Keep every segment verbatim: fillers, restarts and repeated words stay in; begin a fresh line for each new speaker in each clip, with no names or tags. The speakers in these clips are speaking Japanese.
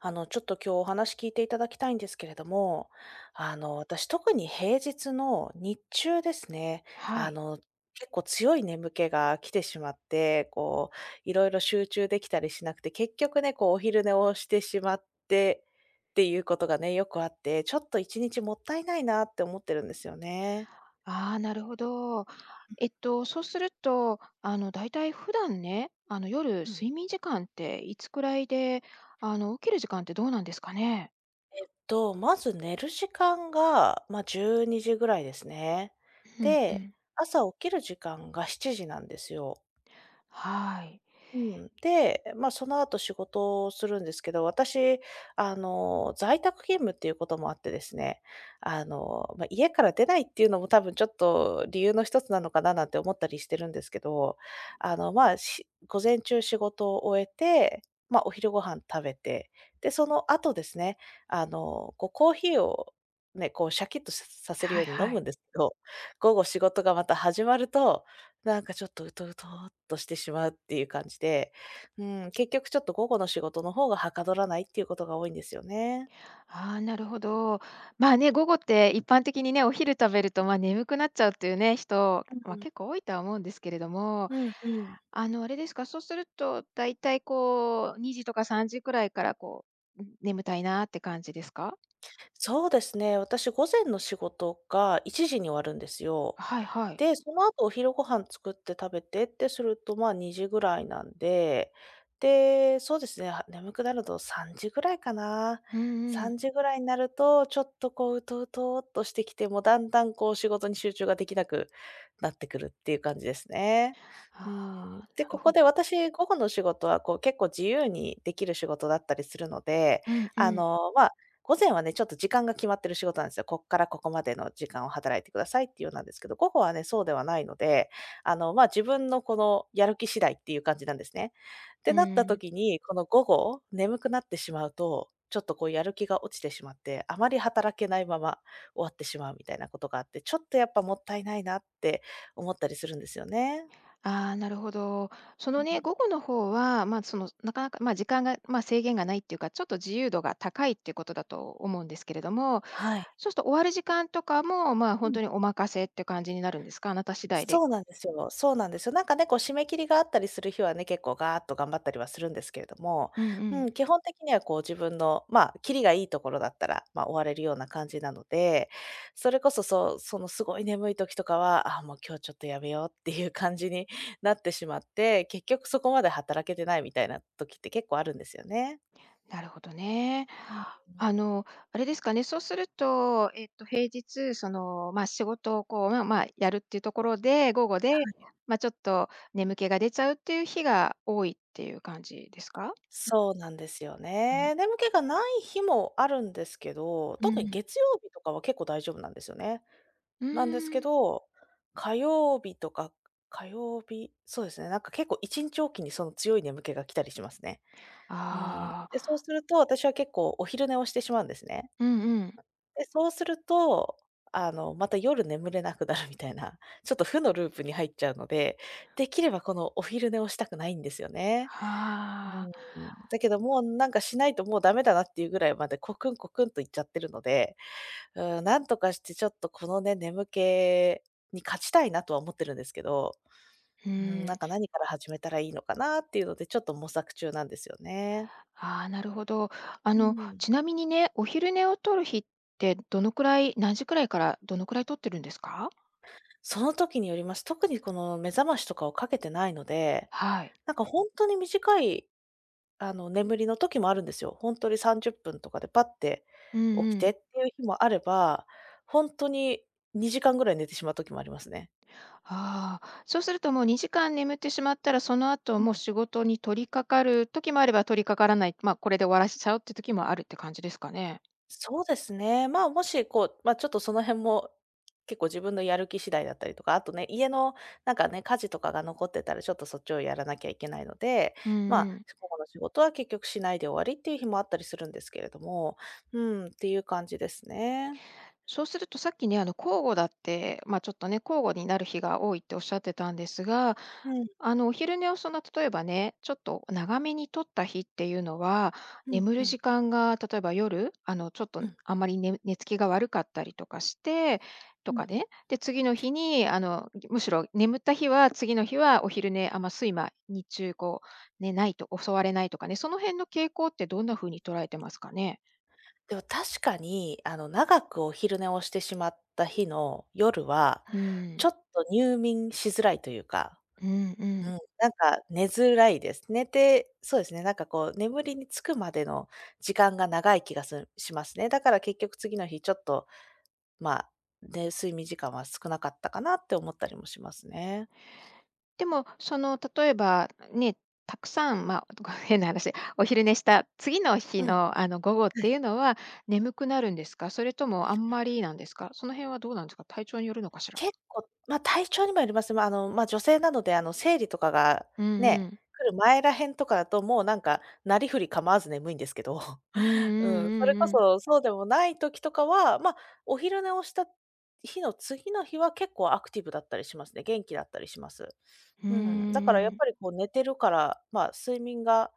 あの、ちょっと今日お話聞いていただきたいんですけれども、あの、私特に平日の日中ですね、
は
あ
い。
の、結構強い眠気が来てしまって、こう、いろいろ集中できたりしなくて、結局ね、こう、お昼寝をしてしまってっていうことがね、よくあって、ちょっと一日もったいないなって思ってるんですよね。
ああ、なるほど。えっと、そうすると、あの、だいたい普段ね、あの、夜
うん。
睡眠時間っていつくらいで、あの、起きる時間ってどうなんですかね？
と、まず寝る時間が、まあ、じゅうにじぐらいですね。
うんう
で、
ん。
朝起きる時間がしちじなんですよ。
はい。
うん。で、まあ、その後仕事をするんですけど、私、あの、在宅勤務っていうこともあってですね、あの、まあ、家から出ないっていうのも多分ちょっと理由の一つなのかななんて思ったりしてるんですけど、あの、まあ、し午前中仕事を終えて、まあ、お昼ご飯食べて、で、その後ですね、あの、こうコーヒーをね、こうシャキッとささせる
は
よ
い
うに飲
は
むん
い。
ですけど、午後仕事がまた始まると、なんかちょっと、うとうとーっとしてしまうっていう感じで、うん、結局ちょっと午後の仕事の方がはかどらないっていうことが多いんですよね。
ああ、なるほど。まあね、午後って一般的にね、お昼食べると、ま、眠くなっちゃうっていうね、人、
う
ま、
ん、
結構多いとは思うんですけれども、
うんうん。
あの、あれですか、そうするとだいたいこうにじとかさんじくらいからこう、ん、眠たいなって感じですか？
そうですね、私午前の仕事がいちじに終わるんですよ。
はいはい。
で、その後お昼ご飯作って食べてってすると、まあ、にじぐらいなんで、で、そうですね、は眠くなるとさんじぐらいかな。
うんうん。
さんじぐらいになると、ちょっとこう、うとうとっとしてきて、もうだんだんこう仕事に集中ができなくなってくるっていう感じですね。うん。
ああ、
で、
なる
ここ
ほど。
で私、午後の仕事はこう結構自由にできる仕事だったりするので、
うんう
あ
ん。
の、まあ午前はね、ちょっと時間が決まってる仕事なんですよ。こっからここまでの時間を働いてくださいっていうようなんですけど、午後はね、そうではないので、あの、まあ、自分のこのやる気次第っていう感じなんですね。って
う
なった
ーん。
時に、この午後、眠くなってしまうと、ちょっとこうやる気が落ちてしまって、あまり働けないまま終わってしまうみたいなことがあって、ちょっとやっぱもったいないなって思ったりするんですよね。
ああ、なるほど。そ
う
の
ん。
ね、午後の方は、ま、あその、なかなか、まあ、時間が、まあ、制限がないっていうか、ちょっと自由度が高いっていうことだと思うんですけれども、
はい。
そうすると終わる時間とかも、まあ、本当にお任せって感じになるんですか？あなた次第で。
そうなんですよ。そうなんですよ。なんかね、こう締め切りがあったりする日はね、結構ガーッと頑張ったりはするんですけれども、
うんう
う
ん。
ん、基本的にはこう自分の、まあ、キリがいいところだったら、まあ、終われるような感じなので、それこそ、そう、そのすごい眠い時とかは、あ、もう今日ちょっとやめようっていう感じになってしまって、結局そこまで働けてないみたいな時って結構あるんですよね。
なるほどね。
うん、
あの、あれですかね、そうすると、えっと、平日、その、まあ、仕事をこう、まあまあ、やるっていうところで、午後で、まあ、ちょっと眠気が出ちゃうっていう日が多いっていう感じですか？
そうなんですよ
うん。
ね。眠気がない日もあるんですけど、
う
特に
ん。
月曜日とかは結構大丈夫なんですよね。
うー
なんですけ
ん。
ど、火曜日とか火曜日そうですね、なんか結構一日おきにその強い眠気が来たりしますね。うん。
あ
で、そう
あ、
すると、私は結構お昼寝をしてしまうんですね。
うんうん。
で、そうすると、あの、また夜眠れなくなるみたいな、ちょっと負のループに入っちゃうので、できればこのお昼寝をしたくないんですよね。う
は
ん。
あ。
だけどもうなんかしないともうダメだなっていうぐらいまでコクンコクンといっちゃってるので、うん、なんとかしてちょっとこのね、眠気に勝ちたいなとは思ってるんですけど、
う
うん、
ー
なんか
ん。
何から始めたらいいのかなっていうので、ちょっと模索中なんですよね。
ああ、なるほど。あ
う
の、
ん。
ちなみにね、お昼寝を取る日ってどのくらい何時くらいからどのくらい取ってるんですか？
その時によります。特にこの目覚ましとかをかけてないので、
はい。
なんかほんとに短い、あの、眠りの時もあるんですよ。ほんとにさんじゅっぷんとかでパッて
うん
起き
う
て
ん。
っていう日もあれば、ほんとににじかんぐらい寝てしまう時もありますね。
ああ、そうするともうにじかん眠ってしまったら、その後もう仕事に取り掛かる時もあれば取り掛からない、まあ、これで終わらしちゃうって時もあるって感じですかね？
そうですね。まあ、もしこう、まあ、ちょっとその辺も、結構自分のやる気次第だったりとか、あとね、家のなんかね、家事とかが残ってたら、ちょっとそっちをやらなきゃいけないので、
うん
まあ、
うん。
午の仕事は結局しないで終わりっていう日もあったりするんですけれども、うん、っていう感じですね。
そうするとさっきね、あの、交互だって、まあ、ちょっとね、交互になる日が多いっておっしゃってたんですが、
うん、
あの、お昼寝をその、例えばね、ちょっと長めに取った日っていうのは、
うん
眠
う
る
ん、
時間が、例えば夜、あの、ちょっと
うん。
あんまり寝寝つきが悪かったりとかして、と
うん。
かね、で、次の日に、あの、むしろ眠った日は、次の日はお昼寝、あんま睡魔、日中こう、ね、ないと、襲われないとかね、その辺の傾向ってどんな風に捉えてますかね？
でも確かに、あの、長くお昼寝をしてしまった日の夜は、
う
ちょ
ん、
っと入眠しづらいというか、
うんう
うん、
ん。
なんか寝づらいです。寝てそうですね、なんかこう眠りにつくまでの時間が長い気がすしますね。だから結局次の日ちょっと、まあ、ね、睡眠時間は少なかったかなって思ったりもしますね。
でも、その、例えば、ね、たくさん、まあ、ご 変な話、お昼寝した次の日
うん、は
の、あの、午後って
い。
いうのは眠くなるんですか？それともあんまりなんですか？その辺はどうなんですか？体調によるのかしら？
結構、まあ、体調にもよります。まあ、あの、まあ、女性なので、あの、生理とかが
うんう
ね、
ん。
来る前ら辺とかだと、もうなんか、なりふり構わず眠いんですけど。
うんう
うん、それ
んう
こ
んうん。
そ、そうでもない時とかは、まあ、お昼寝をした日の次の日は結構アクティブだったりしますね。元気だったりします。
うー
うん、だからやっ
ん。
ぱりこう寝てるから、まあ、睡眠が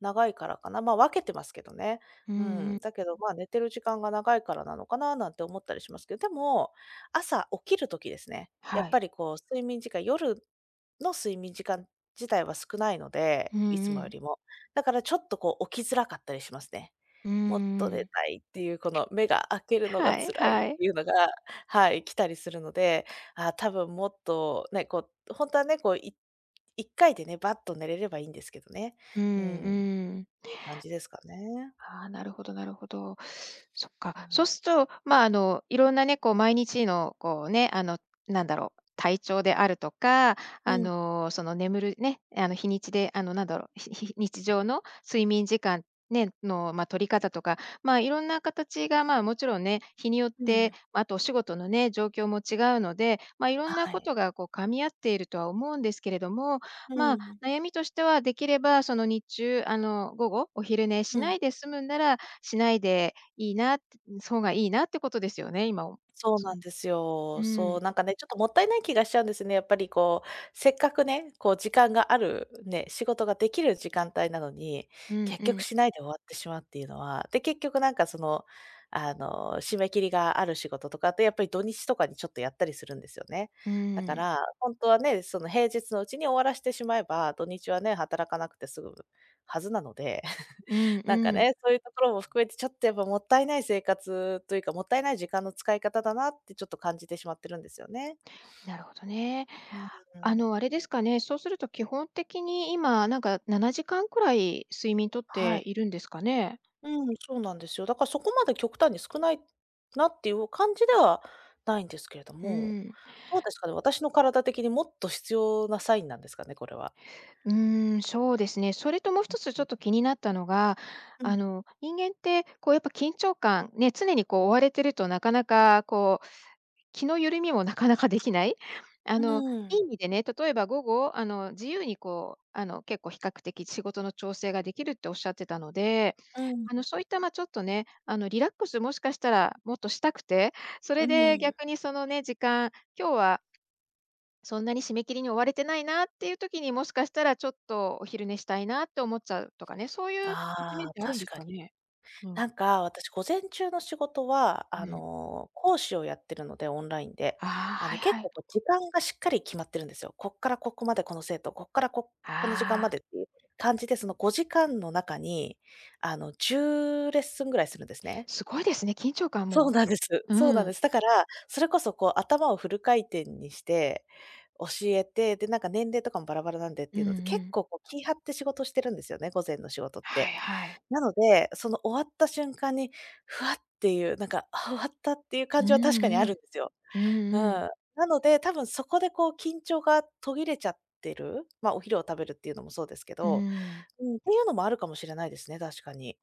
長いからかな、まあ、分けてますけどね。
う
う
んう
ん、
ん。
だけど、まあ、寝てる時間が長いからなのかななんて思ったりしますけど、でも、朝起きる時ですね。やっ
は
ぱ
い。
りこう睡眠時間、夜の睡眠時間自体は少ないので、
うん
いつ
う
もよ
ん。
りも。だからちょっとこう起きづらかったりしますね。
うー
もっと寝
ん。
たいっていう、この目が開けるのが
はい
辛いっ
はい。
ていうのが、はい、来たりするので、ああ、多分もっとね、こう、本当はね、こう、いいっかいでね、バッと寝れればいいんですけどね。
うん
う
う
ん、ってい
ん。
う感じですかね。
ああ、なるほどなるほど。そっか。
う
そ
ん。
うすると、まあ、あの、いろんなね、こう毎日のこうね、あの、なんだろう、体調であるとか、
う
あ
ん、
の、その眠るね、あの、日にちで、あの、なんだろう、ひひ日常の睡眠時間ね、の、まあ、取り方とか、まあ、いろんな形が、まあ、もちろんね、日によっ
う
て、
ん。
あとお仕事のね、状況も違うので、まあ、いろんな
は
こと
い。
がこう噛み合っているとは思うんですけれども、
う
まあ、
ん、
悩みとしては、できればその日中、あの、午後、お昼寝
う
し
ん。
ないで済むんなら、しないでいいなって、そうがいいなってことですよね、今を。
そう
そ
な
う。
んです
う
よ。そう、
ん、
なんかね、ちょっともったいない気がしちゃうんですね。やっぱりこう、せっかくね、こう時間がある、ね、仕事ができる時間帯なのに、
うん
結
う
局
ん、
しないで終わってしまうっていうのは、で、結局なんかその、あの、締め切りがある仕事とかってやっぱり土日とかにちょっとやったりするんですよね。
う
だか
ん、
ら、本当はね、その平日のうちに終わらしてしまえば、土日はね、働かなくて済むはずなので、
うん
なんか
うん。
ね、そういうところも含めて、ちょっとやっぱもったいない生活というか、もったいない時間の使い方だなってちょっと感じてしまってるんですよね。
なるほどね。
う
あ
ん。
の、あれですかね、そうすると基本的に今、なんかななじかんくらい睡眠とっ
はい。
ているんですかね？
うん、そうなんですよ。だからそこまで極端に少ないなっていう感じではないんですけれど
う
も、
ん。
どうですかね、私の体的にもっと必要なサインなんですかね、これは。
うーん、そうですね。それともう一つ
う
ちょ
ん。
っと気になったのが、
うん。
あの、人間って、こう、やっぱ緊張感、ね、常にこう追われてるとなかなか、こう、気の緩みもなかなかできない。あの、
う
いい
ん。
意味でね、例えば午後、あの、自由にこう、あの、結構比較的仕事の調整ができるっておっしゃってたので、
うん。
あの、そういった、まあ、ちょっとね、あの、リラックスもしかしたらもっとしたくて、それで逆にそのね、時間、今日はそんなに締め切りに追われてないなっていう時に、もしかしたらちょっとお昼寝したいなって思っちゃうとかね、そういう一面
あ
っ
あ、
てあるん
確
です
かに。
かね？うん。
なんか、私午前中の仕事は、あ
うん。
の、講師をやってるので、オンラインで。
ああ、
あ
は
の、
い
結
は
構
い。
こう時間がしっかり決まってるんですよ。こっからここまでこの生徒、こっからここの時間ま
ああ、
でっていう感じで、そのごじかんの中に、あの、じゅうレッスンぐらいするんですね。
すごいですね、緊張感
そう
も。
なんです。
う
そうなんで
ん。
す。だから、それこそこう頭をフル回転にして教えて、で、なんか年齢とかもバラバラなんでっ
う
て
ん
いう
う
ので、結
ん。
構こう気張って仕事してるんですよね、午前の仕事っ
はい
て。
はい。
なので、その終わった瞬間に、ふわっていう、なんか、あ、終わったっていう
う
感じは確かにあ
んう
るん
ん。
ですよ。
う
うん。
んうん。
なので、多分そこでこう緊張が途切れちゃってる、まあ、お昼を食べるっていうのもそうですけ
う
ど、
ん。
うん、っていうのもあるかもしれないですね、確かに。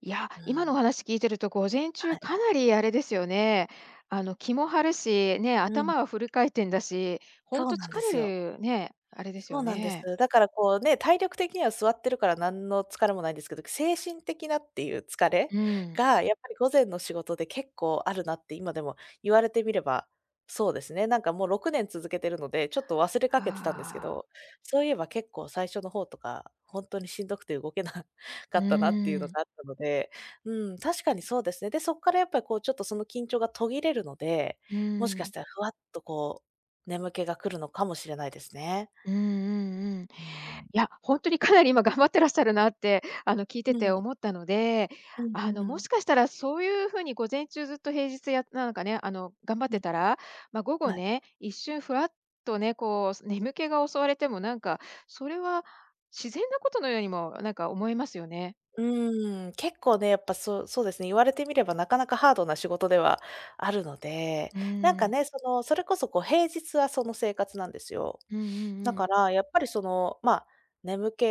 いや、
うん、
今のお話聞いてると午前
は
中
い。
かなりあれですよね、あの、気も張るし、ね、
うん、
頭はフル回転だし、ほん
そう
と
な
疲
んで
れ
すよ。
るね、あれです
そう
よ
なんで
ね。
す。だからこうね、体力的には座ってるから何の疲れもないんですけど、精神的なっていう疲れ
うん。
が、やっぱり午前の仕事で結構あるなって今でも言われてみれば、そうですね。なんかもうろくねん続けてるので、ちょっと忘れかけてたんですけ
あ
ど、
あ。
そういえば結構最初の方とか、本当にしんどくて動けな か
うー
ったなっていうの
ん、
があったので、うん、確かにそうですね。で、そこからやっぱりこうちょっとその緊張が途切れるので、
うー
もしかし
ん、
たらふわっとこう、眠気が来るのかもしれないですね。
うんうんうん。い
うん、
や、ほんとにかなり今頑張ってらっしゃるなって、あの、聞いてて思
う
ったので、
んう
あの、も
ん、
しかしたらそういう風に午前中ずっと平日やなんかね、あの、頑張っ
う
て
ん。
たら、ま、午後
はい。
ね、一瞬ふわっとね、こう、眠気が襲われてもなんか、それは自然なことのようにもなんか思えますよね。
うーん、結構ね、やっぱそうそうですね、言われてみればなかなかハードな仕事ではあるので、
うー
なんか
ん、
ね、その、それこそこう平日はその生活なんですよ。
うんうん
だ
う
か
ん。
ら、やっぱりその、まあ、眠気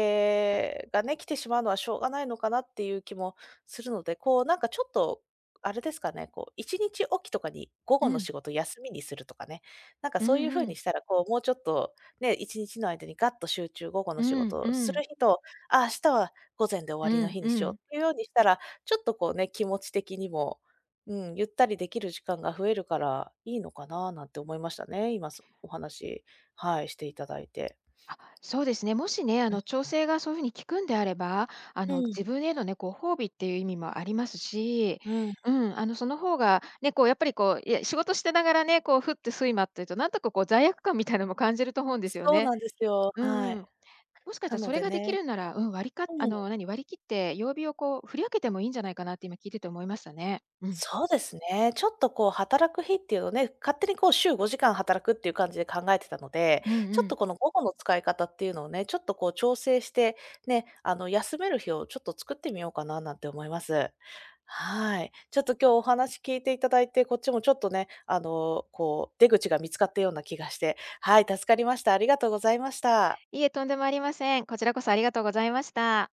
がね、来てしまうのはしょうがないのかなっていう気もするので、こうなんかちょっと、あれですかね、こういちにちおきとかに午
う
後の
ん、
仕事休みにするとかね、なんか
うん
そういう風
う
に
ん。
したら、こうもうちょっとね、いちにちの間にガッと集中、午後の
う
仕
ん
事を
う
する
ん。
日と、ああ、明日は午前で終わ
う
りの
ん
日に
う
しよう
ん。
っていうようにしたら、ちょっとこうね、気持ち的にも、うん、ゆったりできる時間が増えるからいいのかななんて思いましたね、今すお話。はい、していただいて。
あ、そうですね。もしね、あの、調整がそういうふうに効くんであれば、あ
う
の、
ん、
自分へのね、ご褒美っていう意味もありますし、
うん、
うん、あの、その方が、ね、こう、やっぱりこう、いや、仕事してながらね、こう、ふって睡魔っていうと、なんとかこう、罪悪感みたいなのも感じると思うんですよ
そう
ね。
なんですよ、
う
は
ん。
い。
もしかした
な
ら
の
それ
で
ができ
ね、
るなら、うん、割りかあ
うん、
の、何、割り切って、曜日をこう、振り分けてもいいんじゃないかなって今聞いてて思いましたね。うん。
そうですね。ちょっとこう働く日っていうのをね、勝手にこう週ごじかん働くっていう感じで考えてたので、
うんう
ちょっと
ん。
この午後の使い方っていうのをね、ちょっとこう調整して、ね、あの休める日をちょっと作ってみようかななんて思います。はい。ちょっと今日お話聞いていただいて、こっちもちょっとね、あの、こう出口が見つかったような気がして、はい、助かりました。ありがとうございました。
いいえ、とんでもありません。こちらこそありがとうございました。